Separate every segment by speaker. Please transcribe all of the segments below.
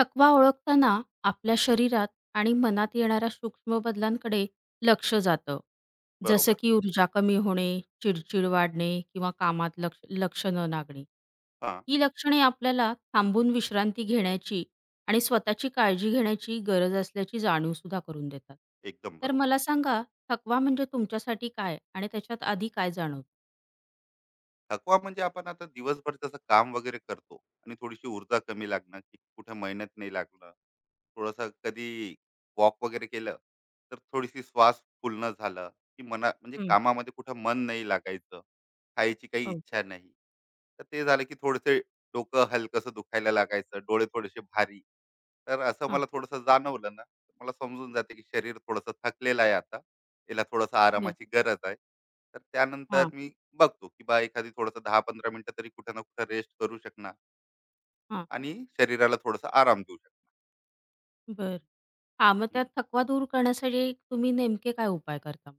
Speaker 1: थकवा ओळखताना आपल्या शरीरात आणि मनात येणाऱ्या सूक्ष्म बदलांकडे लक्ष जातं. जसं
Speaker 2: बरोबर.
Speaker 1: की ऊर्जा कमी होणे, चिडचिड वाढणे किंवा कामात लक्ष लक्ष न लागणे.
Speaker 2: हां,
Speaker 1: ही लक्षणे आपल्याला थांबून विश्रांती घेण्याची आणि स्वतःची काळजी घेण्याची गरज असल्याची जाणीवसुद्धा करून देतात.
Speaker 2: एकदम
Speaker 1: तर
Speaker 2: बरोबर.
Speaker 1: मला सांगा, थकवा म्हणजे तुमच्यासाठी काय आणि त्याच्यात आधी काय जाणवतं?
Speaker 2: थकवा म्हणजे आपण आता दिवसभर जसं काम वगैरे करतो आणि थोडीशी ऊर्जा कमी लागणं, की कुठे मेहनत नाही लागणं, थोडंसं कधी वॉक वगैरे केलं, तर थोडीशी श्वास फुलणं झालं, की मना म्हणजे
Speaker 1: हं.
Speaker 2: कामामध्ये कुठं मन नाही लागायचं, खायची काही
Speaker 1: हो.
Speaker 2: इच्छा नाही. तर ते झालं की थोडंसं डोकं हलकंसं दुखायला लागायचं, डोळे थोडेसे भारी. तर असं
Speaker 1: हां.
Speaker 2: मला थोडंसं जाणवलं ना, मला समजून जाते की शरीर थोडंसं थकलेलं आहे आता, याला थोडासा
Speaker 1: बरं.
Speaker 2: आरामाची गरज आहे. तर त्यानंतर
Speaker 1: हां,
Speaker 2: मी बघतो की बा एखादी थोडंसं 10-15 मिनिटं तरी कुठं ना कुठं रेस्ट करू शकणार
Speaker 1: हां.
Speaker 2: आणि शरीराला थोडासा आराम देऊ शकणार.
Speaker 1: बरं. हां, मग त्या
Speaker 2: हम्म.
Speaker 1: थकवा दूर करण्यासाठी तुम्ही नेमके काय उपाय करता?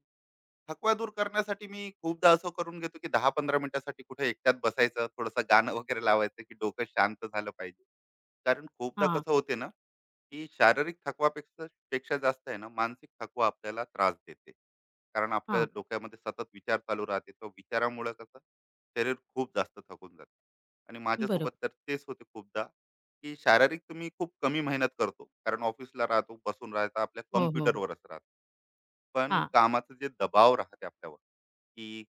Speaker 2: थकवा दूर करण्यासाठी मी खूपदा असं करून घेतो, की 10-15 मिनिटासाठी कुठे एकट्यात बसायचं, थोडंसं गाणं वगैरे लावायचं, की डोकं शांत झालं पाहिजे. कारण खूपदा
Speaker 1: हां,
Speaker 2: कसं होते ना, की शारीरिक थकवापेक्षा जास्त आहे ना, मानसिक थकवा आपल्याला त्रास देते. कारण आपल्या
Speaker 1: हां.
Speaker 2: डोक्यामध्ये सतत विचार चालू राहते. तो विचारामुळं कसं शरीर खूप जास्त थकून जातं आणि माझ्यासोबत
Speaker 1: बरोबर.
Speaker 2: तर तेच होते खूपदा. की शारीरिक तुम्ही मी खूप कमी मेहनत करतो. कारण ऑफिसला राहतो, बसून राहता, आपल्या
Speaker 1: हो, हो, हो.
Speaker 2: कॉम्प्युटरवरच राहतो. पण
Speaker 1: हां,
Speaker 2: कामाचा जे दबाव राहते आपल्यावर, की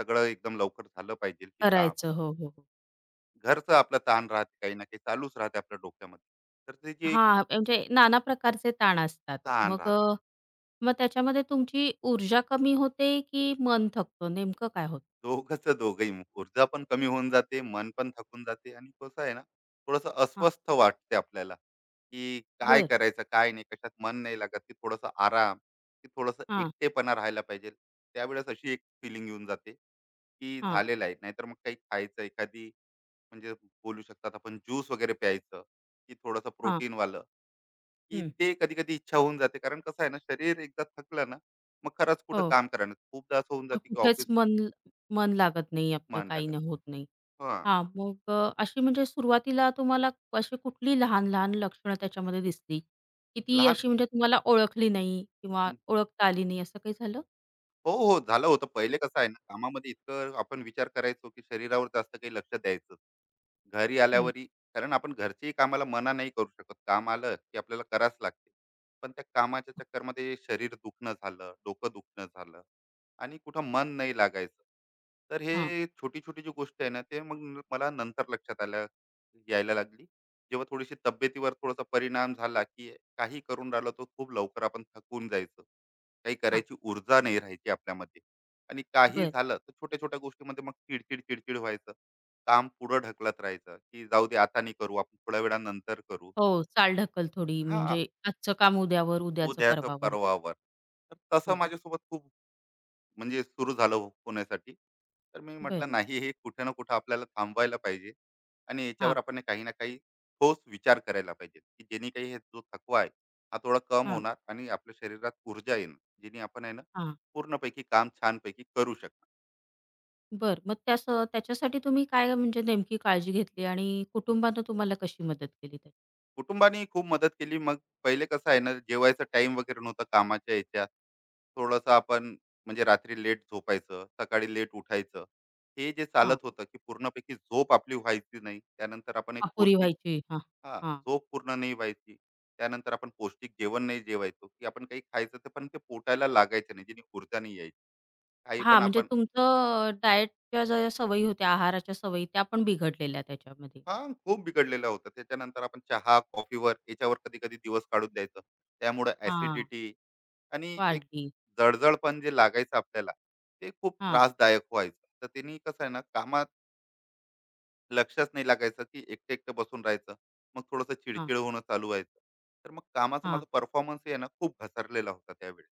Speaker 2: सगळं एकदम लवकर झालं पाहिजे की काम.
Speaker 1: करायचं. हो, हो, हो.
Speaker 2: घरचं आपलं ताण राहते, काही ना काही चालूच राहते आपल्या डोक्यामध्ये. तर ते जे एक
Speaker 1: हां, म्हणजे नाना प्रकारचे ताण असतात.
Speaker 2: ताण
Speaker 1: मग अ,
Speaker 2: राहतात.
Speaker 1: मग त्याच्यामध्ये तुमची ऊर्जा कमी होते, की मन थकतं? नेमकं काय होतं?
Speaker 2: दोघंचं दोघंही. ऊर्जा पण कमी होऊन जाते, मन पण थकून जाते आणि कसं आहे ना, थोडंसं
Speaker 1: हां,
Speaker 2: अस्वस्थ वाटते आपल्याला, की काय
Speaker 1: बरं.
Speaker 2: करायचं, काय नाही, कशात मन नाही लागत, की थोडासा आराम, की थोडंसं
Speaker 1: हां,
Speaker 2: एकटेपणा राहायला पाहिजे. त्यावेळेस अशी एक फीलिंग येऊन जाते, की
Speaker 1: हां,
Speaker 2: झालेलं आहे. नाहीतर मग काही खायचं, एखादी म्हणजे बोलू शकतात आपण ज्यूस वगैरे प्यायचं, की थोडंसं
Speaker 1: हां.
Speaker 2: प्रोटीनवालं, की
Speaker 1: हं.
Speaker 2: ते कधी-कधी इच्छा होऊन जाते. कारण कसं आहे ना, शरीर एकदा थकलं ना, मग खरंच कुठं
Speaker 1: हो.
Speaker 2: काम करणार. खूपदा असं होऊन
Speaker 1: हां,
Speaker 2: जाते, की
Speaker 1: कुठेच
Speaker 2: ऑफिस
Speaker 1: मन मन लागत नाही आपलं,
Speaker 2: मन
Speaker 1: काही
Speaker 2: लागत.
Speaker 1: नाही होत नाही.
Speaker 2: हां.
Speaker 1: अशी म्हणजे सुरुवातीला तुम्हाला अशी कुठली लहान-लहान लक्षणं त्याच्यामध्ये दिसली? की ती
Speaker 2: लहान.
Speaker 1: अशी म्हणजे तुम्हाला ओळखली नाही किंवा
Speaker 2: हं.
Speaker 1: ओळखता आली नाही असं काही झालं?
Speaker 2: हो, हो. झालं होतं. पहिले कसं आहे ना, कामामध्ये इतकं आपण विचार करायचो, की शरीरावर जास्त काही लक्ष द्यायचं. घरी
Speaker 1: हं,
Speaker 2: आल्यावरही कारण आपण घरच्याही कामाला मना नाही करू शकत. काम आलं, की आपल्याला करावंच लागते. पण त्या कामाच्या चक्करमध्ये शरीर दुखणं झालं, डोकं दुखणं झालं आणि कुठं मन नाही लागायचं. तर हे
Speaker 1: हां,
Speaker 2: छोटी-छोटी जी गोष्ट आहे ना, ते मग मला नंतर लक्षात आलं, यायला लागली. जेव्हा थोडीशी तब्येतीवर थोडासा परिणाम झाला, की काही करून राहिलो, तर खूप लवकर आपण थकून जायचं. काही
Speaker 1: हां.
Speaker 2: करायची ऊर्जा नाही राहायची आपल्यामध्ये आणि काही
Speaker 1: बरं.
Speaker 2: झालं तर छोट्या छोट्या गोष्टीमध्ये मग चिडचिड चिडचिड व्हायचं. काम पुढं ढकलत राहायचं की जाऊ दे आता नाही करू आपण थोड्या वेळानंतर करू.
Speaker 1: हो, चालढकल थोडी
Speaker 2: हा,
Speaker 1: म्हणजे आजचं काम उद्यावर, उद्याचं
Speaker 2: उद्याचं
Speaker 1: परवावर.
Speaker 2: परवावर. तर तसं
Speaker 1: हां,
Speaker 2: माझ्यासोबत खूप म्हणजे सुरू झालं होण्यासाठी. तर मी
Speaker 1: बरं.
Speaker 2: म्हटलं नाही हे कुठे ना कुठं आपल्याला थांबवायला पाहिजे आणि याच्यावर
Speaker 1: हां,
Speaker 2: आपण हे काही ना काही ठोस विचार करायला पाहिजे की जेणे काही हे जो थकवा आहे, हा थोडा कम
Speaker 1: हां,
Speaker 2: होणार आणि आपल्या शरीरात ऊर्जा येणार, जेणे आपण आहे ना
Speaker 1: हां.
Speaker 2: पूर्णपैकी काम छानपैकी करू शकणार.
Speaker 1: बरं. मग त्याच्यासाठी तुम्ही काय म्हणजे नेमकी काळजी घेतली आणि कुटुंबानं तुम्हाला कशी मदत केली?
Speaker 2: कुटुंबाने खूप मदत केली मग. पहिले कसं आहे ना, जेवायचा टाइम वगैरे नव्हता कामाच्या याच्यात. थोडंसं आपण म्हणजे रात्री लेट झोपायचं, सकाळी लेट उठायचं. हे जे
Speaker 1: हां,
Speaker 2: चालत होतं की पूर्णपैकी झोप आपली व्हायची नाही, त्यानंतर आपण एक
Speaker 1: अपुरी
Speaker 2: पौष्टिक
Speaker 1: व्हायची. हां,
Speaker 2: हा
Speaker 1: हां.
Speaker 2: झोप पूर्ण नाही व्हायची, त्यानंतर आपण पौष्टिक जेवण नाही जेवायचो, की आपण काही खायचं ते पण ते पोटायला लागायचं नाही, जेणे ऊर्जा नाही यायची काही पण
Speaker 1: हां, म्हणजे
Speaker 2: आपण
Speaker 1: तुमचं डाएटच्या ज्या सवयी होत्या, आहाराच्या सवयी त्या पण बिघडलेल्या त्याच्यामध्ये.
Speaker 2: हा खूप बिघडलेला होता. त्याच्यानंतर आपण चहा कॉफीवर याच्यावर कधी कधी दिवस काढून द्यायचं. त्यामुळे
Speaker 1: हां,
Speaker 2: ऍसिडिटी आणि एक
Speaker 1: वाढली.
Speaker 2: जळजळपण जे लागायचं आपल्याला ते खूप
Speaker 1: हां,
Speaker 2: त्रासदायक व्हायचं. तर त्यांनी कसं आहे ना कामात लक्षच नाही लागायचं, की एकटं एकटं बसून राहायचं. मग थोडंसं
Speaker 1: हां,
Speaker 2: चिडचिड होणं चालू व्हायचं. तर मग कामाचा
Speaker 1: हां.
Speaker 2: माझा परफॉर्मन्स आहे ना खूप घसरलेला होता त्यावेळी.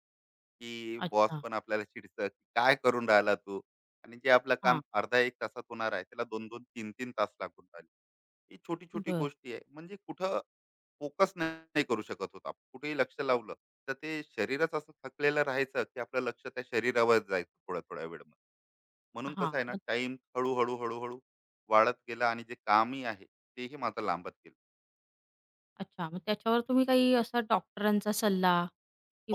Speaker 2: की बॉस
Speaker 1: अच्छा.
Speaker 2: पण आपल्याला चिडतं, की "काय करून राहिला तू?" आणि जे आपलं काम
Speaker 1: हां,
Speaker 2: अर्धा एक तासात होणार आहे, त्याला 2-2, तीन 3 तास लागून राहिले. ही छोटी-छोटी
Speaker 1: बरं.
Speaker 2: गोष्टी आहे. म्हणजे कुठं फोकस नाही करू शकत होतो आपण. कुठेही लक्ष लावलं, तर ते शरीरच असं थकलेलं राहायचं, की आपलं लक्ष त्या शरीरावर जायचं थोड्या-थोड्या वेळामध्ये. म्हणून
Speaker 1: हां,
Speaker 2: कसं आहे ना,
Speaker 1: मग
Speaker 2: टाईम हळू-हळू, हळूहळू वाढत गेला आणि जे कामही आहे, तेही माझं लांबत गेलं.
Speaker 1: अच्छा. मग त्याच्यावर तुम्ही काही असा डॉक्टरांचा सल्ला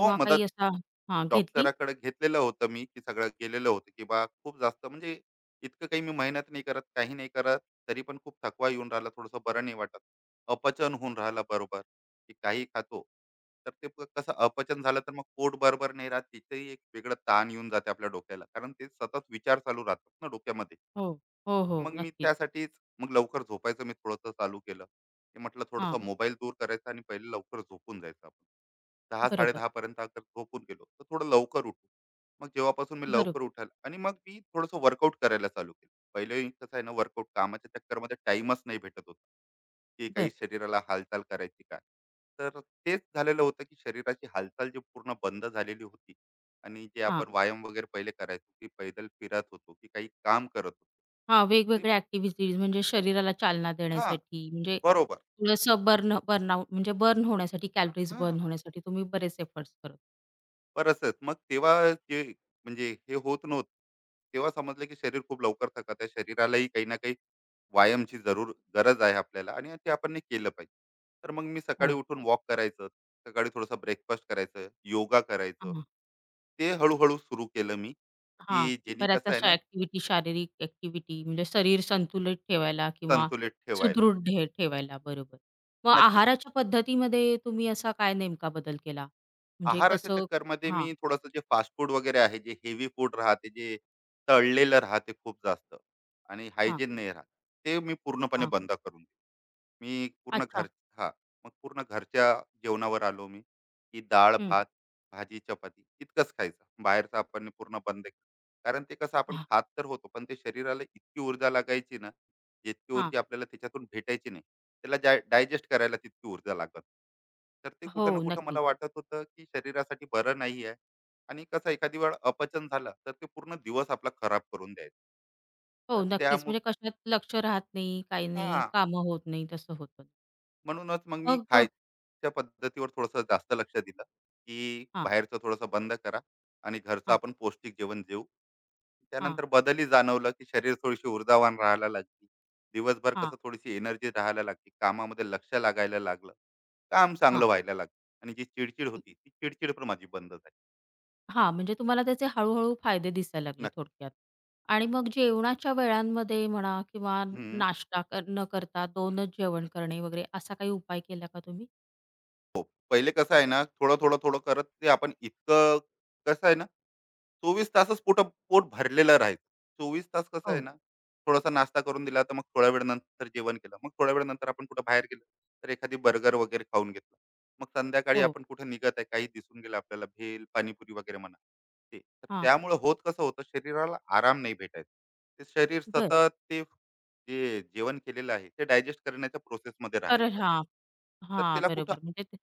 Speaker 2: हो, मदत.
Speaker 1: काही असा हां, घेतली?
Speaker 2: डॉक्टराकडे घेतलेलं होतं मी, की सगळं गेलेलं होतं, की बा खूप जास्त म्हणजे इतकं काही मी मेहनत नाही करत, काही नाही करत, तरी पण खूप थकवा येऊन राहिला, थोडंसं बरं नाही वाटत. अपचन होऊन राहिला बरोबर, की काही खातो, तर ते कसं अपचन झालं तर मग पोट बरोबर नाही राहत, तिथेही एक वेगळं ताण येऊन जाते आपल्या डोक्याला. कारण ते सतत विचार चालू राहतात ना डोक्यामध्ये.
Speaker 1: हो. हो, हो.
Speaker 2: मग मी
Speaker 1: नक्कीच.
Speaker 2: त्यासाठीच मग लवकर झोपायचं मी थोडंसं चालू केलं. की म्हटलं थोडासा
Speaker 1: हां,
Speaker 2: मोबाईल दूर करायचा आणि पहिले लवकर झोपून जायचं आपण.
Speaker 1: बरोबर.
Speaker 2: 10:00-10:30 पर्यंत अगर झोपून गेलो, तर थोडं लवकर उठू. मग जेव्हापासून मी
Speaker 1: बरोबर.
Speaker 2: लवकर उठायला आणि मग मी थोडंसं वर्कआउट करायला चालू केलं. पहिले कसं आहे ना वर्कआउट कामाच्या चक्करमध्ये टाईमच नाही भेटत होता, की काही
Speaker 1: बरं.
Speaker 2: शरीराला हालचाल करायची काय. तर तेच झालेलं होतं, की शरीराची हालचाल जी पूर्ण बंद झालेली होती आणि जे
Speaker 1: हां,
Speaker 2: आपण व्यायाम वगैरे पहिले करायचो, की पैदल फिरत होतो, की काही काम करत होतो.
Speaker 1: हां. वेगवेगळ्या ॲक्टिव्हिटीज म्हणजे शरीराला चालना
Speaker 2: हां,
Speaker 1: देण्यासाठी म्हणजे
Speaker 2: बरोबर.
Speaker 1: थोडंसं बर्नआउट म्हणजे बर्न होण्यासाठी, कॅलरीज
Speaker 2: हां,
Speaker 1: बर्न होण्यासाठी तुम्ही बरेच एफर्ट्स करत
Speaker 2: परसच. मग तेव्हा जे म्हणजे हे होत नव्हतं. तेव्हा समजलं की शरीर खूप लवकर थकत आहे. शरीरालाही काही ना काही व्यायामची जरूर गरज आहे आपल्याला आणि ते आपण हे केलं पाहिजे. तर मग मी सकाळी
Speaker 1: हो.
Speaker 2: उठून वॉक करायचं. सकाळी थोडंसं ब्रेकफास्ट करायचं, योगा करायचं.
Speaker 1: हां,
Speaker 2: ते हळू सुरू केलं मी,
Speaker 1: हां.
Speaker 2: की जेणे
Speaker 1: बऱ्याच
Speaker 2: कसं आहे
Speaker 1: अशा
Speaker 2: ना
Speaker 1: ॲक्टिव्हिटी, शारीरिक ॲक्टिव्हिटी म्हणजे शरीर संतुलित ठेवायला किंवा
Speaker 2: संतुलित ठेवायला.
Speaker 1: सुदृढ ठेवायला. बरोबर. मग
Speaker 2: नक्कीच.
Speaker 1: आहाराच्या पद्धतीमध्ये तुम्ही असा काय नेमका बदल केला? म्हणजे
Speaker 2: आहाराच्या
Speaker 1: कसं
Speaker 2: चक्करमध्ये
Speaker 1: हां,
Speaker 2: मी थोडंसं जे फास्ट फूड वगैरे आहे, जे हेवी फूड राहते, जे तळलेलं राहते खूप जास्त आणि
Speaker 1: हां,
Speaker 2: हायजीन नाही राहत, ते मी पूर्णपणे
Speaker 1: हां.
Speaker 2: बंद करून मी पूर्ण
Speaker 1: अच्छा.
Speaker 2: घर हां. मग पूर्ण घरच्या जेवणावर आलो मी, की डाळ,
Speaker 1: हं.
Speaker 2: भात, भाजी, चपाती इतकंच खायचं. बाहेरचं आपण पूर्ण बंद केलं. कारण ते कसं आपण
Speaker 1: हां,
Speaker 2: खात तर होतो, पण ते शरीराला इतकी ऊर्जा लागायची ना, जितकी
Speaker 1: हां.
Speaker 2: ऊर्जा आपल्याला त्याच्यातून भेटायची नाही. त्याला डायजेस्ट करायला तितकी ऊर्जा लागत. तर ते कुठं ना
Speaker 1: हो,
Speaker 2: कुठं मला
Speaker 1: नक्कीच.
Speaker 2: वाटत होतं, की शरीरासाठी बरं नाही आहे. आणि कसं एखादी वेळ अपचन झालं, तर ते पूर्ण दिवस आपला खराब करून द्यायचं. तर
Speaker 1: हो, नक्कीच.
Speaker 2: त्यामुळं
Speaker 1: म्हणजे कशात लक्ष राहत नाही, काही नाही,
Speaker 2: हां.
Speaker 1: कामं होत नाही, तसं होतं.
Speaker 2: म्हणूनच मग मी
Speaker 1: मग अ
Speaker 2: खायच्या पद्धतीवर थोडंसं जास्त लक्ष दिलं, की
Speaker 1: हां,
Speaker 2: बाहेरचं थोडंसं बंद करा आणि घरचं
Speaker 1: हां,
Speaker 2: आपण पौष्टिक जेवण जेऊ.
Speaker 1: हां,
Speaker 2: त्यानंतर बदलही जाणवलं, की शरीर थोडीशी ऊर्जावान राहायला लागली. दिवसभर
Speaker 1: हां,
Speaker 2: कसं थोडीशी एनर्जी राहायला लागली. कामामध्ये लक्ष लागायला लागलं. काम
Speaker 1: हां.
Speaker 2: चांगलं व्हायला लागलं आणि जी चिडचिड होती, ती चिडचिड पण माझी बंद झाली.
Speaker 1: हां, म्हणजे तुम्हाला त्याचे हळू-हळू फायदे दिसायला लागले
Speaker 2: नक्की.
Speaker 1: थोडक्यात. आणि मग जेवणाच्या वेळांमध्ये म्हणा किंवा
Speaker 2: हं.
Speaker 1: नाश्ता कर न करता 2च जेवण करणे वगैरे असा काही उपाय केला का तुम्ही?
Speaker 2: पहिले कसं आहे ना, थोडं, थोडं, थोडं करत ते आपण इतकं कसं आहे ना, 24 तासच पोट पोट भरलेलं राहील. 24 तास कसं आहे
Speaker 1: हो,
Speaker 2: ना, थोडासा नाश्ता करून दिला, तर मग थोड्या वेळ नंतर जेवण केलं. मग थोड्या वेळानंतर आपण कुठं बाहेर गेलो, तर एखादी बर्गर वगैरे खाऊन घेतला. मग संध्याकाळी
Speaker 1: हो.
Speaker 2: आपण कुठे निघत आहे, काही दिसून गेलं आपल्याला भेल, पाणीपुरी वगैरे म्हणा ते. तर
Speaker 1: हां,
Speaker 2: त्यामुळे होत कसं होतं, शरीराला आराम नाही भेटायचा. ते शरीर
Speaker 1: बरं.
Speaker 2: सतत ते जे जेवण केलेलं आहे, ते डायजेस्ट करण्याच्या प्रोसेसमध्ये
Speaker 1: कारण
Speaker 2: राहायचं.
Speaker 1: हां,
Speaker 2: तर
Speaker 1: हां,
Speaker 2: त्याला कुठं
Speaker 1: बरोबर. म्हणजे ते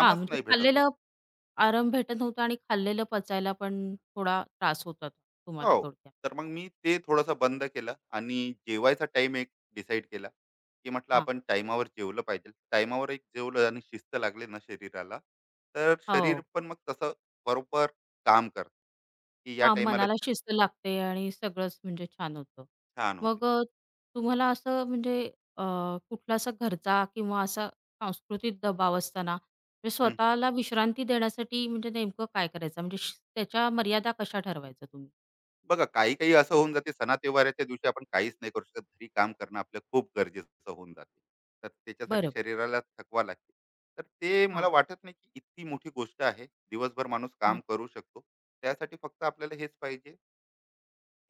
Speaker 1: हां, म्हणजे
Speaker 2: नाही भेटत होत.
Speaker 1: खाल्लेलं आराम भेटत नव्हता आणि खाल्लेलं पचायला पण थोडा त्रास होता तुम्हाला
Speaker 2: हो.
Speaker 1: थोडक्यात.
Speaker 2: तर मग मी ते थोडंसं बंद केलं आणि जेवायचा टाइम एक डिसाईड केला, की म्हटलं
Speaker 1: हां,
Speaker 2: आपण टाईमावर जेवलं पाहिजे. टाईमावर एक जेवलं आणि शिस्त लागली ना शरीराला, तर शरीर
Speaker 1: हो.
Speaker 2: पण मग तसं बरोबर काम करतं, की या
Speaker 1: हां,
Speaker 2: टाईमाला
Speaker 1: मनाला शिस्त लागते आणि सगळंच म्हणजे छान होतं.
Speaker 2: छान होते.
Speaker 1: मग अ, तुम्हाला असं म्हणजे अ, कुठला असा घरचा किंवा असा सांस्कृतिक दबाव असताना म्हणजे स्वतःला विश्रांती देण्यासाठी म्हणजे नेमकं काय करायचं? म्हणजे त्याच्या मर्यादा कशा ठरवायच्या तुम्ही?
Speaker 2: बघा काही काही असं होऊन जाते सणातेवाराच्या दिवशी आपण काहीच नाही करू शकत, घरी काम करणं आपलं खूप गरजेचं होऊन जाते. तर त्याच्यासाठी
Speaker 1: बरोबर.
Speaker 2: शरीराला थकवा लागते. तर ते मला
Speaker 1: हां,
Speaker 2: वाटत नाही की इतकी मोठी गोष्ट आहे, दिवसभर माणूस
Speaker 1: हां,
Speaker 2: काम करू शकतो. त्यासाठी फक्त आपल्याला हेच पाहिजे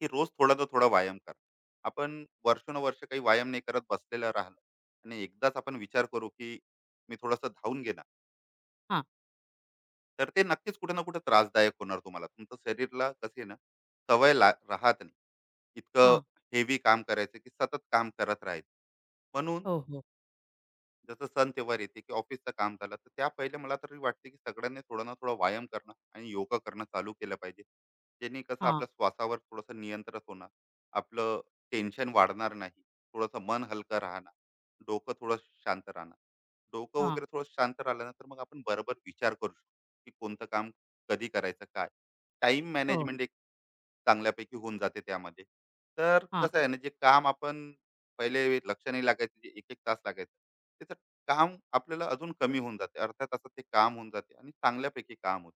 Speaker 2: की रोज थोडा ना थोडा व्यायाम करा. आपण वर्षानुवर्ष काही व्यायाम नाही करत बसलेलं राहिलं आणि एकदाच आपण विचार करू की मी थोडंसं धावून घेणार,
Speaker 1: हां,
Speaker 2: तर ते नक्कीच कुठे ना कुठे त्रासदायक होणार तुम्हाला. तुमचं शरीरला कसे ना सवय राहत नाही इतकं
Speaker 1: हां.
Speaker 2: हेवी काम करायचं की सतत काम करत राहायचं. म्हणून
Speaker 1: हो, हो.
Speaker 2: जसं सण तेव्हार येते की ऑफिसचं काम झालं, तर त्या पहिले मला तरी वाटते की सगळ्यांनी थोडा ना थोडा व्यायाम करणं आणि योगा करणं चालू केलं पाहिजे. ज्याने कसं
Speaker 1: हां,
Speaker 2: आपल्या श्वासावर थोडंसं नियंत्रण होणार, आपलं टेन्शन वाढणार नाही, थोडंसं मन हलकं राहणार, डोकं थोडं शांत राहणार. डोकं
Speaker 1: हां.
Speaker 2: वगैरे थोडं शांत राहिलं ना, तर मग आपण बरोबर विचार करू शकतो की कोणतं काम कधी करायचं, काय? टाईम
Speaker 1: हो, हो.
Speaker 2: मॅनेजमेंट चांगल्यापैकी होऊन जाते त्यामध्ये. तर
Speaker 1: हां.
Speaker 2: कसं आहे ना, जे काम आपण पहिले लक्ष नाही लागायचं, जे 1-1 तास लागायचं, त्याचं काम आपल्याला अजून कमी होऊन जाते. अर्ध्या तासात ते काम होऊन जाते आणि चांगल्यापैकी काम होते.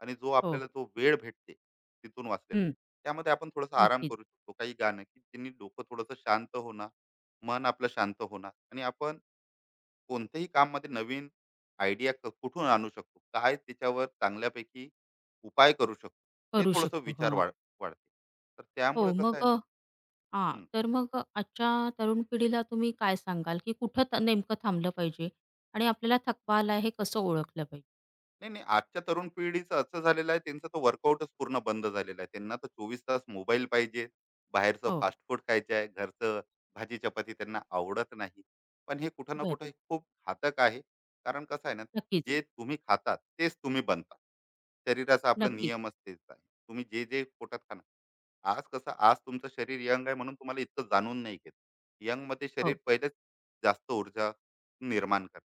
Speaker 2: आणि जो
Speaker 1: हो,
Speaker 2: आपल्याला
Speaker 1: हो.
Speaker 2: जो वेळ भेटते तिथून वाचलेला,
Speaker 1: हं.
Speaker 2: त्यामध्ये आपण थोडासा आराम
Speaker 1: नक्कीच.
Speaker 2: करू शकतो. काही गाणं की ज्यांनी डोकं थोडंसं शांत होणार, मन आपलं शांत होणार आणि आपण कोणत्याही काममध्ये नवीन आयडिया कुठून आणू शकतो, काय त्याच्यावर चांगल्यापैकी उपाय करू शकतो, हे
Speaker 1: करू
Speaker 2: थोडंसं
Speaker 1: शकतो.
Speaker 2: विचार
Speaker 1: हां.
Speaker 2: वाढ वाढते. तर
Speaker 1: हो,
Speaker 2: त्यामुळे कसं
Speaker 1: मग
Speaker 2: आहे
Speaker 1: अ, हां,
Speaker 2: ना,
Speaker 1: तर मग अ, आजच्या तरुण पिढीला तुम्ही काय सांगाल, की कुठं नेमकं थांबलं पाहिजे आणि आपल्याला थकवा आला हे कसं ओळखलं पाहिजे?
Speaker 2: नाही, नाही. आजच्या तरुण पिढीचं असं झालेलं आहे, त्यांचं तर वर्कआउटच पूर्ण बंद झालेलं आहे. त्यांना तर 24 तास मोबाईल पाहिजे, बाहेरचं
Speaker 1: हो,
Speaker 2: फास्ट फूड खायचं आहे, घरचं भाजी-चपाती त्यांना आवडत नाही. पण हे कुठं ना
Speaker 1: बर,
Speaker 2: कुठं हे खूप घातक आहे. कारण कसं आहे ना,
Speaker 1: नक्कीच,
Speaker 2: जे तुम्ही खाता तेच तुम्ही बनता. शरीराचा आपला
Speaker 1: नक्कीच.
Speaker 2: हं. तेच आहे. तुम्ही जे, जे पोटात खाणार. आज कसं आज तुमचं शरीर यंग आहे म्हणून तुम्हाला इतकं जाणून नाही घेत. यंगमध्ये शरीर
Speaker 1: हो,
Speaker 2: पहिलेच जास्त ऊर्जा निर्माण करते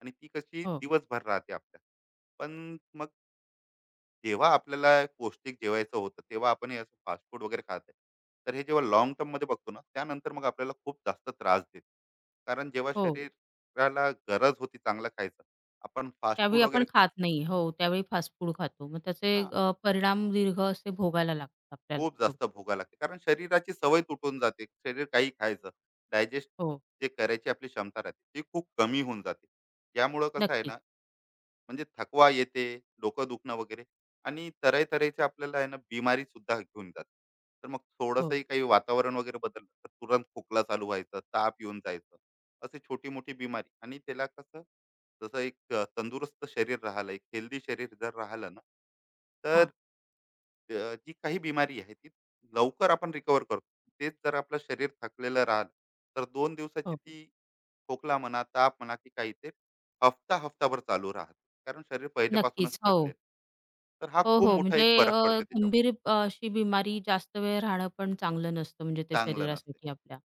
Speaker 2: आणि ती कशी
Speaker 1: हो,
Speaker 2: दिवसभर राहते आपल्या. पण मग जेव्हा आपल्याला पौष्टिक जेवायचं होतं, तेव्हा आपण हे असं फास्ट फूड वगैरे खात आहे. तर हे जेव्हा लाँग टर्ममध्ये बघतो ना, त्यानंतर मग आपल्याला खूप जास्त त्रास देतो. कारण जेव्हा
Speaker 1: हो.
Speaker 2: शरीराला गरज होती चांगलं खायचं, आपण फास्ट
Speaker 1: त्यावेळी
Speaker 2: फूड वगैरे
Speaker 1: आपण खात नाही. हो, त्यावेळी फास्ट फूड खातो. मग त्याचे
Speaker 2: हां,
Speaker 1: अ, परिणाम दीर्घ असे भोगायला लागतात आपल्याला.
Speaker 2: खूप
Speaker 1: थोडं.
Speaker 2: जास्त भोगायला लागते. कारण शरीराची सवय तुटून जाते. शरीर काही खायचं, डायजेस्ट
Speaker 1: हो,
Speaker 2: जे करायची आपली क्षमता राहते, ती खूप कमी होऊन जाते. यामुळं कसं आहे
Speaker 1: नक्कीच.
Speaker 2: ना, म्हणजे थकवा येते, डोकं दुखणं वगैरे आणि तऱ्हे तऱ्हेचे आपल्याला आहे ना बिमारी सुद्धा घेऊन जाते. तर मग
Speaker 1: हो,
Speaker 2: थोडंसंही काही वातावरण वगैरे बदललं तर तुरंत खोकला चालू व्हायचं, ताप येऊन जायचं, असे छोटी मोठी बिमारी. आणि त्याला कसं जसं एक तंदुरुस्त शरीर राहिलं, एक हेल्दी शरीर जर राहिलं ना, तर
Speaker 1: हां,
Speaker 2: जी काही बिमारी आहे ती लवकर आपण रिकवर करतो. तेच जर आपलं शरीर थकलेलं राहिलं, तर दोन दिवसाची
Speaker 1: हो.
Speaker 2: ती खोकला म्हणा, ताप म्हणा, की काही ते हफ्ता हफ्ताभर चालू राहते, कारण शरीर पहिल्यापासूनच
Speaker 1: नक्कीच. हो.
Speaker 2: थकले. तर हा
Speaker 1: हो,
Speaker 2: खूप
Speaker 1: हो.
Speaker 2: मोठा
Speaker 1: म्हणजे
Speaker 2: एक फरक
Speaker 1: अ,
Speaker 2: पडते त्याच्यावर.
Speaker 1: गंभीर अ, अशी बिमारी जास्त वेळ राहणं पण चांगलं नसतं म्हणजे ते
Speaker 2: चांगलं नसते.
Speaker 1: शरीरासाठी आपल्या.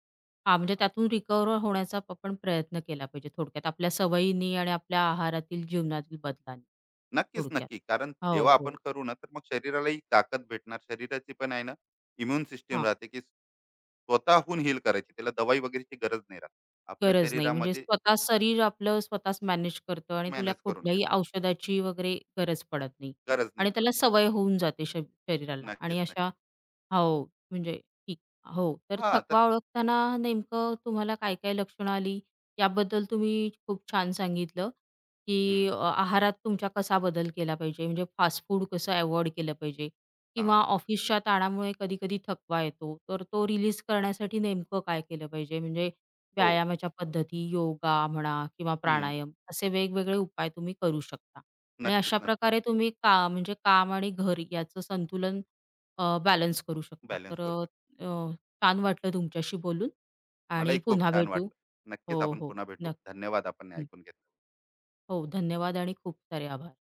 Speaker 1: हां, म्हणजे
Speaker 2: हा.
Speaker 1: त्यातून रिकव्हर होण्याचा आपण प्रयत्न केला पाहिजे थोडक्यात आपल्या सवयींनी आणि आपल्या आहारातील, जीवनातील बदलांनी.
Speaker 2: नक्कीच
Speaker 1: थोडक्यात.
Speaker 2: नक्की, कारण
Speaker 1: हो,
Speaker 2: जेव्हा
Speaker 1: हो.
Speaker 2: आपण करू ना तर मग शरीरालाही ताकद भेटणार. शरीराची पण आहे ना इम्युन सिस्टीम
Speaker 1: हां.
Speaker 2: राहते की स्वतःहून हील करायची, त्याला दवाई वगैरेची गरज नाही राहत आपल्या
Speaker 1: गरज नाही. म्हणजे
Speaker 2: शरीरामध्ये.
Speaker 1: स्वतः शरीर आपलं स्वतःच मॅनेज करतं आणि तुला
Speaker 2: मॅनेज करून घेत.
Speaker 1: कुठल्याही औषधाची वगैरे गरज पडत नाही
Speaker 2: गरज नाही
Speaker 1: आणि
Speaker 2: पडत.
Speaker 1: त्याला सवय होऊन जाते शरीराला आणि
Speaker 2: नक्कीच
Speaker 1: अशा
Speaker 2: नक्की.
Speaker 1: हो, म्हणजे ठीक. हो, तर
Speaker 2: हा, तर.
Speaker 1: थकवा ओळखताना नेमकं तुम्हाला काय-काय लक्षणं आली याबद्दल तुम्ही खूप छान सांगितलं, की
Speaker 2: हम्म,
Speaker 1: अ, आहारात तुमच्या कसा बदल केला पाहिजे, म्हणजे फास्ट फूड कसं अव्हॉइड केलं पाहिजे किंवा
Speaker 2: हा.
Speaker 1: ऑफिसच्या ताणामुळे कधी-कधी थकवा येतो, तर तो रिलीज करण्यासाठी नेमकं काय केलं पाहिजे म्हणजे
Speaker 2: हो.
Speaker 1: व्यायामाच्या पद्धती, योगा म्हणा किंवा
Speaker 2: हम्म,
Speaker 1: प्राणायाम असे वेगवेगळे उपाय तुम्ही करू शकता. आणि
Speaker 2: नक्कीच
Speaker 1: अशा
Speaker 2: नक्की.
Speaker 1: प्रकारे तुम्ही का म्हणजे काम आणि घर याचं संतुलन बॅलन्स करू शकता.
Speaker 2: बॅलन्स करू शकतो.
Speaker 1: अ, छान वाटलं तुमच्याशी बोलून आणि
Speaker 2: मलाही खूप
Speaker 1: पुन्हा
Speaker 2: छान
Speaker 1: भेटू.
Speaker 2: वाटलं. नक्कीच
Speaker 1: हो,
Speaker 2: आपण
Speaker 1: हो.
Speaker 2: पुन्हा भेटू. धन्यवाद आपण हे
Speaker 1: नक्की.
Speaker 2: ऐकून घेतलं.
Speaker 1: हो, धन्यवाद आणि खूप सारे आभार.